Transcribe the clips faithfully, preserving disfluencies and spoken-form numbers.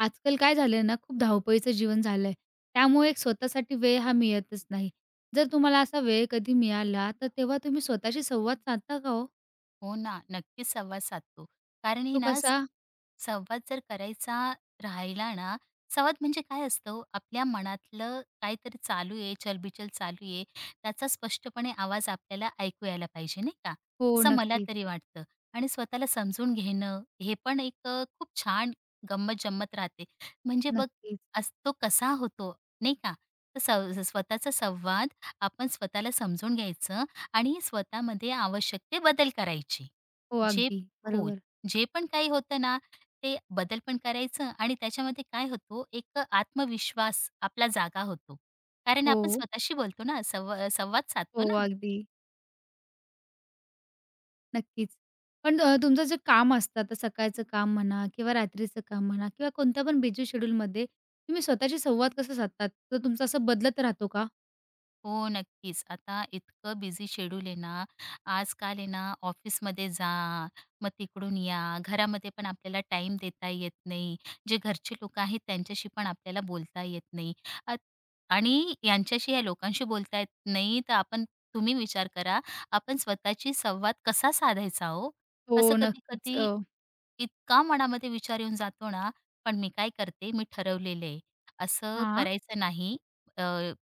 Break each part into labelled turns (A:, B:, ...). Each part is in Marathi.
A: आजकाल काय झालंय ना, खूप धावपळीचं जीवन झालंय. त्यामुळे एक स्वतःसाठी वेळ हा मिळतच नाही. जर तुम्हाला असा वेळ कधी मिळाला, तर तेव्हा तुम्ही स्वतःशी संवाद साधता का हो?
B: हो ना, नक्कीच संवाद साधतो. कारण हे
A: तो
B: ना, स-
A: कसा?
B: संवाद जर करायचा राहिला ना, संवाद म्हणजे काय असतं, आपल्या मनातलं काहीतरी चालू आहे, चलबिचल चालू आहे, त्याचा स्पष्टपणे आवाज आपल्याला ऐकू यायला पाहिजे, नाही का?
A: हो,
B: असं मला
A: नक्कीच,
B: तरी वाटतं. आणि स्वतःला समजून घेणं, हे पण एक अ, खूप छान गंमत-जंमत राहते. म्हणजे बघ,
A: नक्कीच.
B: अस तो कसा होतो, नाही का? तर सव स्वतःचा संवाद आपण स्वतःला समजून घ्यायचं आणि स्वतःमध्ये आवश्यक ते बदल करायचे.
A: हो,
B: जे
A: अगदी.
B: हो,
A: बरोबर.
B: जे पण काही होतं ना, ते बदल पण करायचं आणि त्याच्यामध्ये काय होतो, एक आत्मविश्वास आपला जागा होतो. कारण आपण
A: हो,
B: स्वतःशी बोलतो ना, संवा संवाद
A: हो,
B: साधतो ना.
A: अगदी. नक्कीच. पण अ, तुमचं जे काम असतं, आता सकाळचं काम म्हणा किंवा रात्रीचं काम म्हणा किंवा कोणत्या पण बिझी शेड्यूलमध्ये तुम्ही स्वतःशी संवाद कसा साधतात? तो तुमचा असा बदलत राहतो का?
B: हो, नक्कीच. आता इतकं बिझी शेड्यूल आहे ना, आजकाल आहे ना, ऑफिसमध्ये जा, मग तिकडून या, घरामध्ये पण आपल्याला टाईम देता येत नाही. जे घरचे लोकं आहेत त्यांच्याशी पण आपल्याला बोलता येत नाही. अ, आणि यांच्याशी या लोकांशी बोलता येत नाही, तर आपण तुम्ही विचार करा, आपण स्वतःची संवाद कसा साधायचा हो?
A: हो,
B: असं
A: नक्कीच. अ,
B: कधी-कधी इतका मनामध्ये विचार येऊन जातो ना, पण मी काय करते, मी ठरवलेलं आहे, असं
A: हां.
B: करायचं नाही. अ,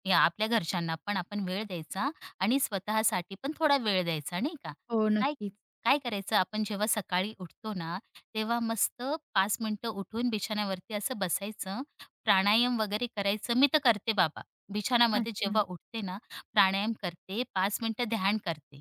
B: या आपल्या घरच्यांना पण आपण वेळ द्यायचा आणि स्वतःसाठी पण थोडा वेळ द्यायचा, नाही का?
A: हो,
B: काय
A: नक्कीच.
B: काय करायचं, आपण जेव्हा सकाळी उठतो ना, तेव्हा मस्त पाच मिनिटं उठून बिछाण्यावरती असं बसायचं, प्राणायाम वगैरे करायचं. मी तर करते बाबा, बिछाणामध्ये
A: अच्छा.
B: जेव्हा उठते ना, प्राणायाम करते, पाच मिनिटं ध्यान करते,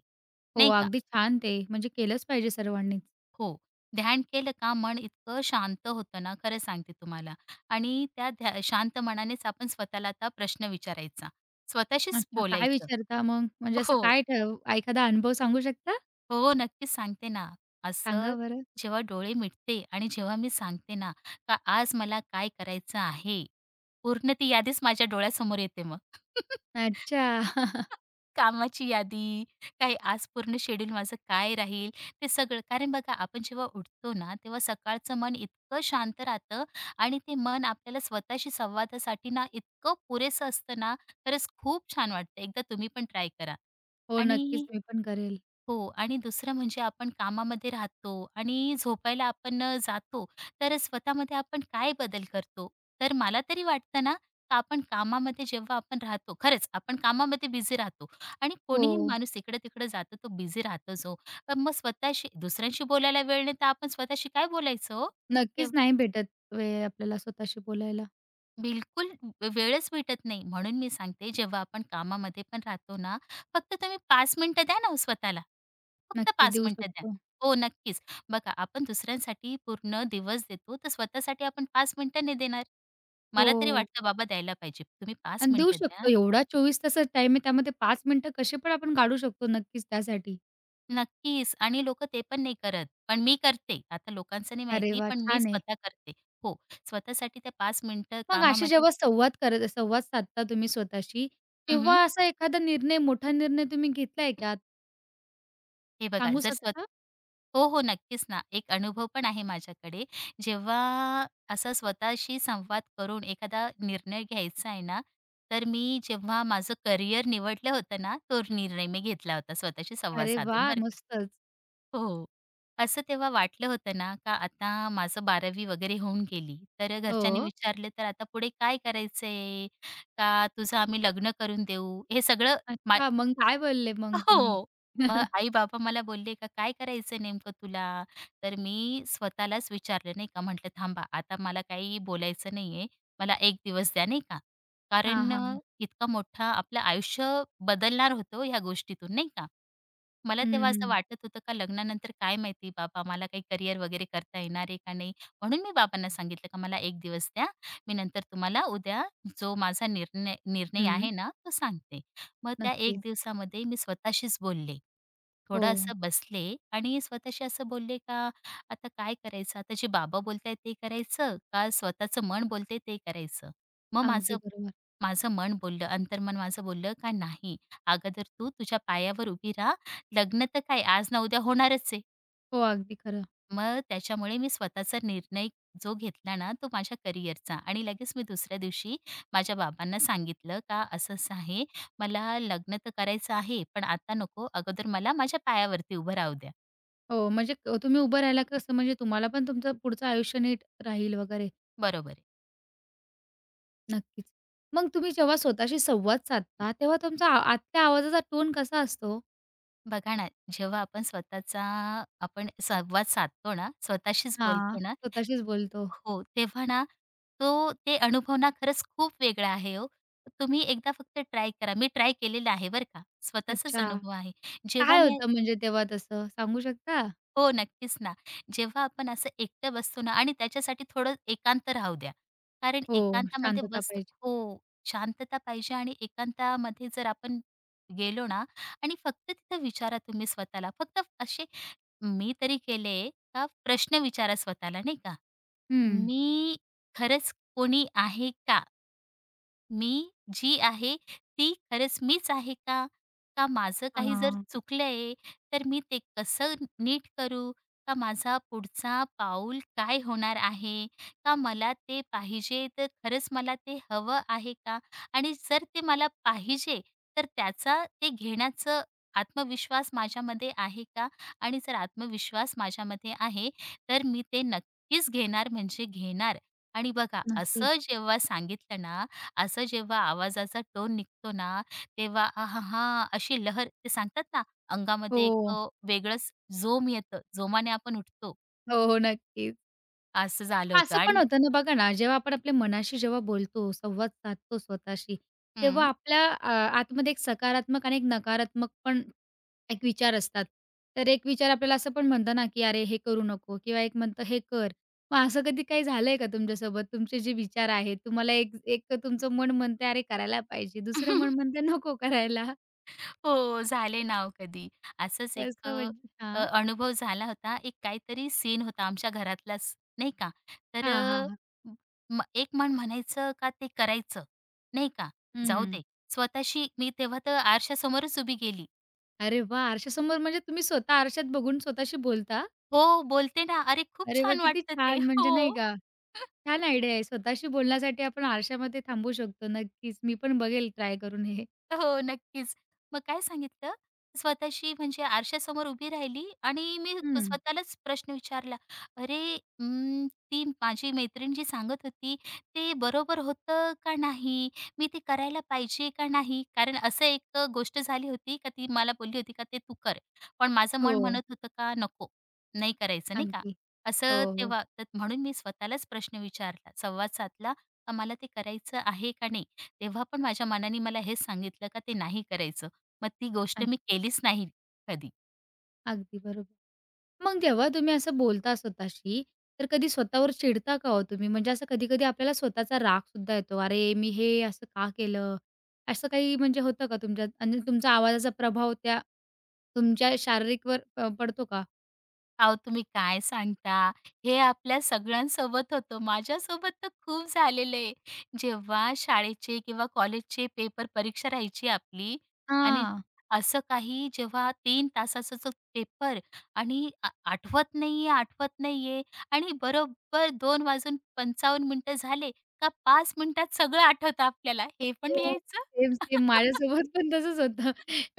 A: हो,
B: नाही का?
A: अगदी छान ते. म्हणजे केलंच पाहिजे सर्वांनीच.
B: हो. ध्यान केलं का मन इतकं शांत होतं ना, खरं सांगते तुम्हाला. आणि त्या ध्या शांत मनानेच आपण स्वतःला आता प्रश्न विचारायचा. स्वतःशीच
A: अच्छा, काय
B: बोलायचं.
A: विचारता मग? म्हणजे असं
B: हो,
A: काय ठेव एखादा अनुभव सांगू शकता?
B: हो, नक्कीच सांगते ना.
A: सांगा
B: असं
A: बरं.
B: जेव्हा डोळे मिटते आणि जेव्हा मी सांगते ना, का आज मला काय करायचं आहे, पूर्ण ती यादीच माझ्या डोळ्यासमोर येते मग.
A: अच्छा.
B: कामाची यादी, काय आज पूर्ण शेड्यूल माझं काय राहील, ते सगळं. कारण बघा आपण जेव्हा उठतो ना, तेव्हा सकाळचं मन इतकं शांत राहतं आणि ते मन आपल्याला स्वतःशी संवादासाठी ना इतकं पुरेसं असतं ना, खरंच खूप छान वाटतं. एकदा तुम्ही पण ट्राय करा.
A: हो, नक्कीच
B: आणि
A: मी पण करेल.
B: हो, आणि दुसरं म्हणजे आपण कामामध्ये राहतो आणि झोपायला आपण अ, जातो, तर स्वतःमध्ये आपण काय बदल करतो? तर मला तरी वाटतं ना, का आपण कामामध्ये जेव्हा आपण राहतो, खरंच आपण कामामध्ये बिझी राहतो आणि
A: हो,
B: कोणीही माणूस इकडं-तिकडं जातो तो बिझी राहतोच हो. पण मग स्वतःशी दुसऱ्यांशी बोलायला वेळ नाही तर आपण स्वतःशी काय बोलायचं हो?
A: नक्कीच नाही भेटत वेळ आपल्याला स्वतःशी बोलायला.
B: बिलकुल व वेळच भेटत नाही. म्हणून मी सांगते जेव्हा आपण कामामध्ये पण राहतो ना, फक्त तुम्ही पाच मिनिटं द्या ना ओ स्वतःला. फक्त
A: नक्कीच
B: पाच
A: देऊ
B: मिनिटं द्या.
A: शकतो.
B: हो, नक्कीच. बघा आपण दुसऱ्यांसाठी पूर्ण दिवस देतो, तर स्वतःसाठी आपण पाच मिनिटं नाही देणार.
A: हो
B: मला तरी वाटतं बाबा द्यायला पाहिजे. तुम्ही पाच
A: आणि देऊ
B: मिनिटं द्या.
A: शकतो एवढा चोवीस तासाचा टाईम आहे त्यामध्ये पाच मिनिटं कसे पण आपण काढू शकतो नक्कीच त्यासाठी.
B: नक्कीच, आणि लोकं ते पण नाही करत. पण मी करते. आता लोकांचं नाही
A: अरे
B: माहिती,
A: वाह!
B: पण मी
A: छान आहे.
B: स्वतः करते. हो, स्वतःसाठी त्या पाच मिनिटं
A: मग असे
B: कामामध्ये
A: जेव्हा संवाद करत संवाद साधता तुम्ही स्वतःशी, तेव्हा असा एखादा निर्णय, मोठा निर्णय तुम्ही घेतलाय का?
B: हे बघा
A: सांगू
B: जर स्व
A: शकता?
B: हो, हो. नक्कीच ना. एक अनुभव पण आहे माझ्याकडे. जेव्हा असा स्वतःशी संवाद करून एखादा निर्णय घ्यायचा आहे ना, तर मी जेव्हा माझं करिअर निवडलं होतं ना, तो निर्णय मी घेतला होता स्वतःशी संवाद
A: अरे
B: साधून
A: वाह!
B: बरं का.
A: मस्तच.
B: हो. हो. असं तेव्हा वाटलं होतं ना, का आता माझं 12वी वगैरे होऊन गेली. तर घरच्यांनी
A: हो.
B: विचारलं, "तर आता पुढे काय करायचंय? का तुझं आम्ही लग्न करून देऊ?" हे सगळं
A: अच्छा, मग काय बोलले मग तुम्ही?
B: हो. मग आई-बाबा मला बोलले का, "काय करायचं नेमकं तुला?" तर मी स्वतःलाच विचारलं नाही का, म्हटलं थांबा आता मला काही बोलायचं नाहीये. मला एक दिवस द्या नाही का.
A: हां,
B: कारण
A: हां,
B: अ,
A: हां.
B: इतका मोठा आपलं आयुष्य बदलणार होतं हो ह्या गोष्टीतून नाही का. मला
A: हं,
B: तेव्हा असं
A: हं.
B: वाटत होतं का लग्नानंतर काय माहिती बाबा मला काही करियर वगैरे करता येणार आहे का नाही. म्हणून मी बाबांना सांगितलं का मला एक दिवस द्या. मी नंतर तुम्हाला उद्या जो माझा निर्णय निर्णय
A: हं.
B: आहे ना, तो सांगते. मग त्या एक
A: नक्कीच.
B: दिवसामध्ये मी स्वतःशीच बोलले.
A: हो.
B: थोडं असं बसले आणि स्वतःशी असं बोलले का आता काय करायचं? आता जे बाबा बोलतायत ते करायचं का स्वतःचं मन बोलते ते करायचं? मग
A: अगदी
B: माझं
A: बरोबर.
B: माझं मन बोललं, अंतर्मन माझं बोललं का नाही, अगोदर तू तुझ्या पायावर उभी राहा. लग्न तर काय आज ना उद्या होणारच आहे.
A: हो, अगदी खरं.
B: मग त्याच्यामुळे मी स्वतःचा निर्णय जो घेतला ना, तो माझ्या करिअरचा, आणि लगेच मी दुसऱ्या दिवशी माझ्या बाबांना सांगितलं का असं-असं आहे, मला लग्न तर करायचं आहे, पण आता नको. अगोदर मला माझ्या पायावरती उभं राहू द्या.
A: हो, म्हणजे अ, तुम्ही उभं राहिला कसं म्हणजे तुम्हाला पण तुमचं पुढचं आयुष्य नीट राहील वगैरे.
B: बरोबर आहे.
A: नक्कीच. मग तुम्ही जेव्हा स्वतःशी संवाद साधता, तेव्हा तुमचा आ आतल्या आवाजाचा टोन कसा असतो?
B: बघा ना, जेव्हा आपण स्वतःचा आपण संवाद साधतो ना, स्वतःशीच
A: हां,
B: बोलतो ना,
A: स्वतःशीच बोलतो.
B: हो, तेव्हा ना, तो ते अनुभव ना खरंच खूप वेगळा आहे हो. तुम्ही एकदा फक्त ट्राय करा. मी ट्राय केलेलं आहे बरं का. स्वतःचाच
A: अच्छा.
B: अनुभव आहे. जेव्हा
A: काय
B: मी
A: होतं म्हणजे तेव्हा तसं? सांगू शकता?
B: हो, नक्कीच ना. जेव्हा आपण असं एकटं बसतो ना आणि त्याच्यासाठी थोडं एकांत राहू द्या. कारण
A: हो,
B: एकांतामध्ये
A: शांतता
B: बसतो
A: पाहिजे.
B: हो, शांतता पाहिजे आणि एकांतामध्ये जर आपण गेलो ना आणि फक्त तिथं विचारा तुम्ही स्वतःला. फक्त असे मी तरी केले का प्रश्न विचारा स्वतःला, नाही का?
A: हं.
B: मी खरंच कोणी आहे का? मी जी आहे ती खरंच मीच आहे का? का माझं काही जर
A: हां.
B: चुकलंय, तर मी ते कसं नीट करू? का माझा पुढचा पाऊल काय होणार आहे? का मला ते पाहिजे, तर खरंच मला ते हवं आहे का? आणि जर ते मला पाहिजे, तर त्याचा ते घेण्याचं आत्मविश्वास माझ्यामध्ये आहे का? आणि जर आत्मविश्वास माझ्यामध्ये आहे, तर मी ते नक्कीच घेणार म्हणजे घेणार. आणि बघा
A: नक्कीच.
B: असं जेव्हा सांगितलं ना, असं जेव्हा आवाजाचा टोन निघतो ना, तेव्हा आहाहा! अशी लहर ते सांगतात ना, अंगामध्ये एक
A: हो.
B: अ, वेगळंच जोम येतं. जोमाने आपण उठतो,
A: हो, हो. नक्कीच.
B: असं झालं होतं
A: असं पण
B: आणि
A: होतं ना बघा ना, जेव्हा आपण आपल्या मनाशी जेव्हा बोलतो, संवाद साधतो स्वतःशी, तेव्हा
B: हं.
A: आपल्या अ, आतमध्ये एक सकारात्मक आणि एक नकारात्मक पण एक विचार असतात. तर एक विचार आपल्याला असं पण म्हणतो ना, की "अरे, हे करू नको" किंवा एक म्हणतं, "हे कर." मग असं कधी काही झालंय का तुमच्यासोबत? तुमचे जे विचार आहेत, तुम्हाला एक एक तुमचं मन म्हणतंय, "अरे, करायला पाहिजे." दुसरं मन म्हणतंय, "नको करायला."
B: हो, झाले ना हो कधी. असंच एक अ,
A: असं म्हणजे
B: अ,
A: हां.
B: अनुभव झाला होता. एक काहीतरी सीन होता आमच्या घरातलाच, नाही का. तर
A: हां, हां,
B: अ,
A: हां.
B: म एक मन म्हणायचं का ते करायचं, नाही का. जाऊ दे. स्वतःशी मी तेव्हा तर आरशासमोरच उभी गेली.
A: अरे वाह! आरशासमोर म्हणजे तुम्ही स्वतः आरशात बघून स्वतःशी बोलता?
B: हो, बोलते ना. अरे खूप
A: अरे वा
B: छान
A: किती
B: वाटतं ते.
A: छान म्हणजे
B: हो.
A: नाही का, छान आयडिया आहे. स्वतःशी बोलण्यासाठी आपण आरशामध्ये थांबू शकतो. नक्कीच, मी पण बघेल ट्राय करून हे.
B: हो, नक्कीच. मग काय सांगितलं, स्वतःशी म्हणजे आरशासमोर उभी राहिली आणि मी
A: हं.
B: स्वतःलाच प्रश्न विचारला, "अरे, अं, ती माझी मैत्रीण जी सांगत होती, ते बरोबर होतं का नाही? मी ते करायला पाहिजे का नाही?" कारण असं एक गोष्ट झाली होती का ती मला बोलली होती का, "ते तू कर." पण माझं मन
A: हो.
B: म्हणत होतं का, "नको, नाही करायचं." नाही का?
A: अगदी. हो,
B: असं
A: हो.
B: तेव्हा तर म्हणून मी स्वतःलाच प्रश्न विचारला, संवाद साधला का मला ते करायचं आहे का नाही? तेव्हा पण माझ्या मनाने मला हेच सांगितलं का ते नाही करायचं. मग ती गोष्ट
A: अग
B: मी केलीच नाही कधी.
A: अगदी बरोबर. मग जेव्हा तुम्ही असं बोलता स्वतःशी, तर कधी स्वतःवर चिडता का हो तुम्ही? म्हणजे असं कधी-कधी आपल्याला स्वतःचा रागसुद्धा येतो. अरे, मी हे असं का केलं? असं काही म्हणजे होतं का तुमच्यात? आणि तुमचा आवाजाचा प्रभाव त्या तुमच्या शारीरिकवर प पडतो का?
B: अहो तुम्ही काय सांगता? हे आपल्या सगळ्यांसोबत होतं. माझ्यासोबत तर खूप झालेलं आहे. जेव्हा शाळेचे किंवा कॉलेजचे पेपर परीक्षा राहायची आपली, आणि
A: हां.
B: असं काही जेव्हा तीन तासाचा जो पेपर आणि आ आठवत नाहीये, आठवत नाहीये आणि बरोबर दोन वाजून पंचावन्न मिनिटं झाले का पाच मिनिटात सगळं आठवतं आपल्याला. हे पण
A: हो.
B: लिहायचं?
A: Same, same. माझ्यासोबत पण तसंच होतं.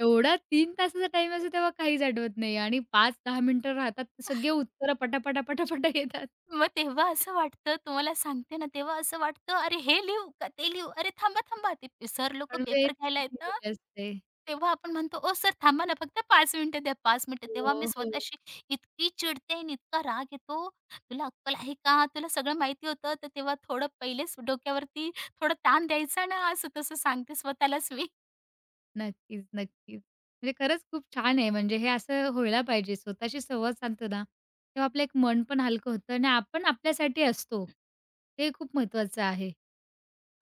A: एवढा तीन तासाचा टाईम असतो तेव्हा काहीच आठवत नाही आणि पाच दहा मिनिटं राहतात तर सगळे उत्तरं पटापटा, पटापटा येतात.
B: मग तेव्हा असं वाटतं तुम्हाला सांगते ना, तेव्हा असं वाटतं, "अरे हे लिहू का ते लिहू? अरे थांबा, थांबा, ते सर लोकं
A: पण वेळ
B: पेपर घ्यायला
A: निघून
B: येतात."
A: गेलेली असते.
B: तेव्हा आपण म्हणतो, "ओ सर थांबा ना, फक्त पाच मिनिटं द्या, पाच मिनिटं."
A: हो,
B: तेव्हा मी
A: हो.
B: स्वतःशी इतकी चिडते आणि इतका राग येतो, "तुला अक्कल आहे का? तुला सगळं माहिती होतं." तर तेव्हा थोडं पहिलेच डोक्यावरती थोडं ताण द्यायचा ना, असं तसं सांगते स्वतःलाच मी.
A: नक्कीच, नक्कीच. म्हणजे खरंच खूप छान आहे. म्हणजे हे असं व्हायला पाहिजे. स्वतःशी संवाद साधतो ना, तेव्हा आपलं एक मन पण हलकं होतं आणि आपण आपल्यासाठी असतो. हे खूप महत्वाचं आहे.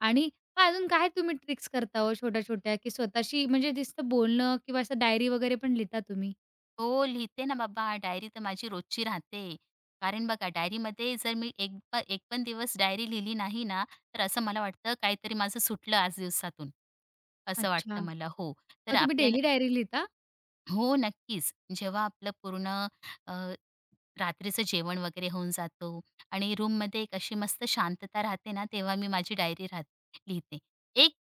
A: आणि मग अजून काय तुम्ही ट्रिक्स करता हो छोट्या-छोट्या, की स्वतःशी म्हणजे नुसतं बोलणं किंवा असं डायरी वगैरे पण लिहिता तुम्ही?
B: हो, लिहिते ना बाबा. डायरी तर माझी रोजची राहते. कारण बघा डायरीमध्ये जर मी एक प एक पण दिवस डायरी लिहिली नाही ना, तर असं मला वाटतं काहीतरी माझं सुटलं आज दिवसातून. असं
A: अच्छा.
B: वाटतं मला. हो. तर
A: मग तुम्ही
B: आपल्याला
A: डेली डायरी लिहिता?
B: हो, नक्कीच. जेव्हा आपलं पूर्ण रात्रीचं जेवण वगैरे होऊन जातो आणि रूममध्ये एक अशी मस्त शांतता राहते ना, तेव्हा मी माझी डायरी राह लिहिते. एक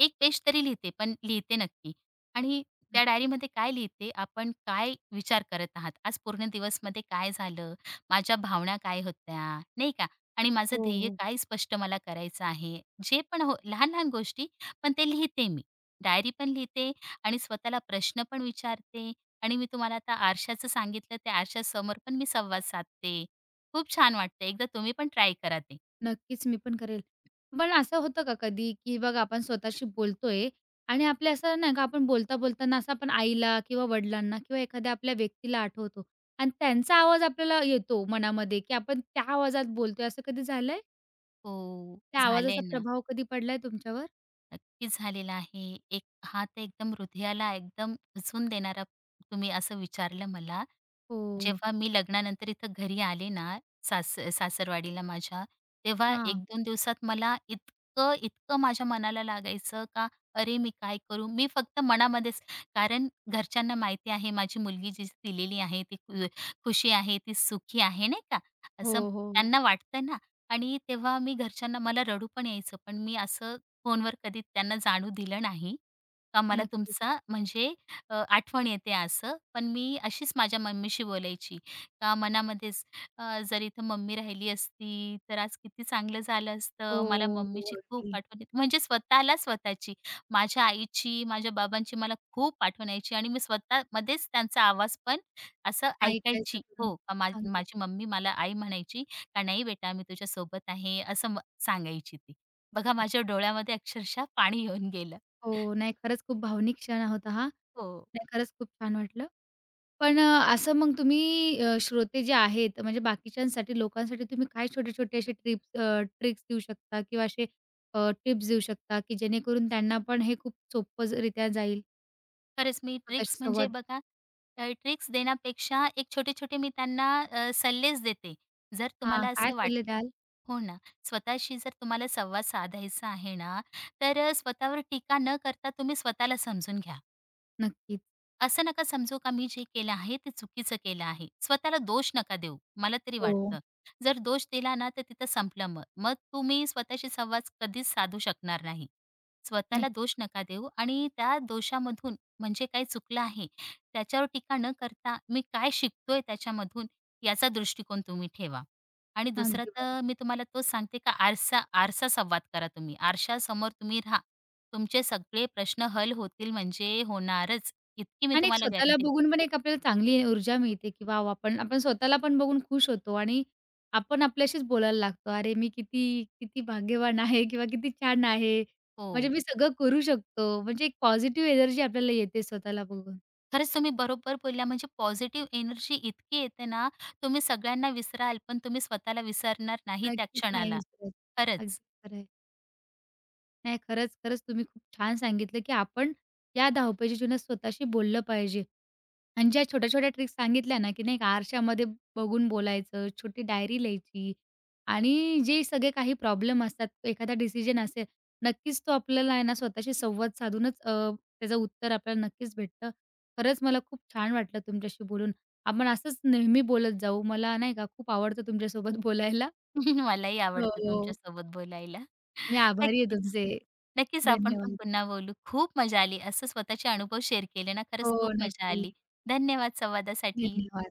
B: एक पेज तरी लिहिते, पण लिहिते नक्की. आणि त्या डायरीमध्ये काय लिहिते, आपण काय विचार करत आहात, आज पूर्ण दिवसमध्ये काय झालं, माझ्या भावना काय होत्या, नाही का? आणि माझं
A: हो,
B: ध्येय
A: हो.
B: काय स्पष्ट मला करायचं आहे, जे पण हो लहान-लहान गोष्टी, पण ते लिहिते मी. डायरी पण लिहिते आणि स्वतःला प्रश्न पण विचारते आणि मी तुम्हाला आता आरशाचं सांगितलं, त्या आरशासमोर पण मी संवाद साधते. खूप छान वाटतं. एकदा तुम्ही पण ट्राय करा ते.
A: नक्कीच मी पण करेल. पण असं होतं का कधी, की बघ आपण स्वतःशी बोलतोय आणि आपल्या असं नाही का आपण बोलता-बोलताना असं आपण आईला किंवा वडिलांना किंवा एखाद्या आपल्या व्यक्तीला आठवतो आणि त्यांचा आवाज आपल्याला येतो मनामध्ये, की आपण त्या आवाजात बोलतोय असं कधी झालंय?
B: हो,
A: त्या आवाजाचा
B: झालंय ना.
A: प्रभाव कधी पडलाय तुमच्यावर?
B: नक्कीच झालेलं आहे. एक हा तर एकदम हृदयाला एकदम रुजवून देणारा तुम्ही असं विचारलं मला.
A: हो.
B: जेव्हा मी लग्नानंतर इथं घरी आले ना, सास सासरवाडीला माझ्या, तेव्हा
A: हां.
B: एक दोन दिवसात मला इतकं, इतकं माझ्या मनाला लागायचं का अरे, मी काय करू? मी फक्त मनामध्येच, कारण घरच्यांना माहिती आहे माझी मुलगी जी दिलेली आहे ती खु खुशी आहे, ती सुखी आहे नाही का, असं
A: हो, हो, हो.
B: त्यांना वाटतं ना, आणि तेव्हा मी घरच्यांना मला रडू पण यायचं, पण मी असं फोनवर कधी त्यांना जाणू दिलं नाही का मला
A: नक्की.
B: तुमचा म्हणजे अ, आठवण येते असं. पण मी अशीच माझ्या मम्मीशी बोलायची का मनामध्येच अ, जर इथं मम्मी राहिली असती तर आज किती चांगलं झालं
A: हो,
B: असतं. मला
A: हो.
B: मम्मीची खूप
A: अगदी.
B: आठवण येते. म्हणजे स्वतःला स्वतःची, माझ्या आईची, माझ्या बाबांची मला खूप आठवण यायची आणि मी स्वतःमध्येच त्यांचा आवाज पण असं
A: ऐकायचं
B: ऐकायची.
A: तुला
B: हो, का मा
A: सांगू.
B: माझी मम्मी मला आई म्हणायची, का "नाही बेटा मी तुझ्या सोबत आहे" असं म सांगायची ती. बघा माझ्या डोळ्यामध्ये अक्षरशः पाणी येऊन गेलं.
A: हो, नाही खरंच खूप भावनिक क्षण होता हा.
B: हो.
A: नाही खरंच खूप छान वाटलं. पण अ, असं मग तुम्ही अ, श्रोते जे आहेत म्हणजे बाकीच्यांसाठी लोकांसाठी तुम्ही काय छोटे-छोटे असे ट्रिप्स अ, ट्रिक्स देऊ शकता किंवा असे अ, टिप्स देऊ शकता, की जेणेकरून त्यांना पण हे खूप सोपंरित्या जाईल
B: खरंच मी ट्रिक्स
A: स्वतःशी
B: म्हणजे
A: संवाद
B: बघा अ, ट्रिक्स देण्यापेक्षा एक छोटे-छोटे मी त्यांना अ, सल्लेच देते. जर
A: हां,
B: तुम्हाला
A: काय
B: असं वाट
A: सल्ले द्याल?
B: हो ना, स्वतःशी जर तुम्हाला संवाद साधायचा आहे ना, तर अ, स्वतःवर टीका न करता तुम्ही स्वतःला समजून घ्या.
A: नक्कीच.
B: असं नका समजू का मी जे केलं आहे ते चुकीचं केलं आहे. स्वतःला दोष नका देऊ, मला तरी
A: हो.
B: वाटतं. जर दोष दिला ना तर तिथं संपलं मग. मग तुम्ही स्वतःशी संवाद कधीच साधू शकणार नाही. स्वतःला
A: नक्की.
B: दोष नका देऊ आणि त्या दोषामधून म्हणजे काय चुकलं आहे त्याच्यावर टीका न करता मी काय शिकतोय त्याच्यामधून, याचा दृष्टिकोन तुम्ही ठेवा. आणि दुसरं
A: अगदी बरोबर.
B: तर मी तुम्हाला तोच सांगते का आरसा आरसा संवाद करा तुम्ही. आरशासमोर तुम्ही राहा. तुमचे सगळे प्रश्न हल होतील म्हणजे होणारच. इतकी मी
A: आणि एक
B: तुम्हाला
A: स्वतःला
B: गॅरंटी देते.
A: बघून पण एक आपल्याला चांगली ऊर्जा मिळते, की "वॉव! आपण आपण स्वतःला पण बघून खुश होतो आणि आपण आपल्याशीच बोलायला लागतो. "अरे, मी किती किती भाग्यवान आहे किंवा किती छान आहे. म्हणजे
B: हो.
A: मी सगळं करू शकतो." म्हणजे एक पॉझिटिव्ह एनर्जी आपल्याला येते स्वतःला बघून.
B: खरंच तुम्ही बरोबर बोलल्या, म्हणजे पॉझिटिव्ह एनर्जी इतकी येते ना, तुम्ही सगळ्यांना विसराल, पण तुम्ही स्वतःला विसरणार नाही त्या
A: नक्कीच नाही
B: क्षणाला.
A: विसरत. अगदी
B: खरंच.
A: खरं आहे. नाही खरंच, खरंच तुम्ही खूप छान सांगितलं, की आपण या धावपळीच्या जीवनात स्वतःशी बोललं पाहिजे. आणि ज्या छोट्या-छोट्या ट्रिक्स सांगितल्या ना, की नाही का आरशामध्ये बघून बोलायचं, छोटी डायरी लिहायची आणि जे सगळे काही प्रॉब्लेम असतात, एखादा डिसिजन असेल, नक्कीच तो आपल्याला आहे ना स्वतःशी संवाद साधूनच अ, त्याचं उत्तर आपल्याला नक्कीच भेटतं. खरंच मला खूप छान वाटलं तुमच्याशी बोलून. आपण असंच नेहमी बोलत जाऊ. मला नाही का खूप आवडतं तुमच्यासोबत बोलायला.
B: मलाही आवडतं
A: हो.
B: तुमच्यासोबत बोलायला.
A: मी आभारी आहे
B: नक्कीच.
A: तुमचे.
B: नक्कीच आपण पण
A: धन्यवाद.
B: पुन्हा बोलू. खूप मजा आली. असं स्वतःचे अनुभव शेअर केले ना, खरंच
A: हो,
B: खूप मजा
A: नक्की.
B: आली. धन्यवाद संवादासाठी.
A: धन्यवाद.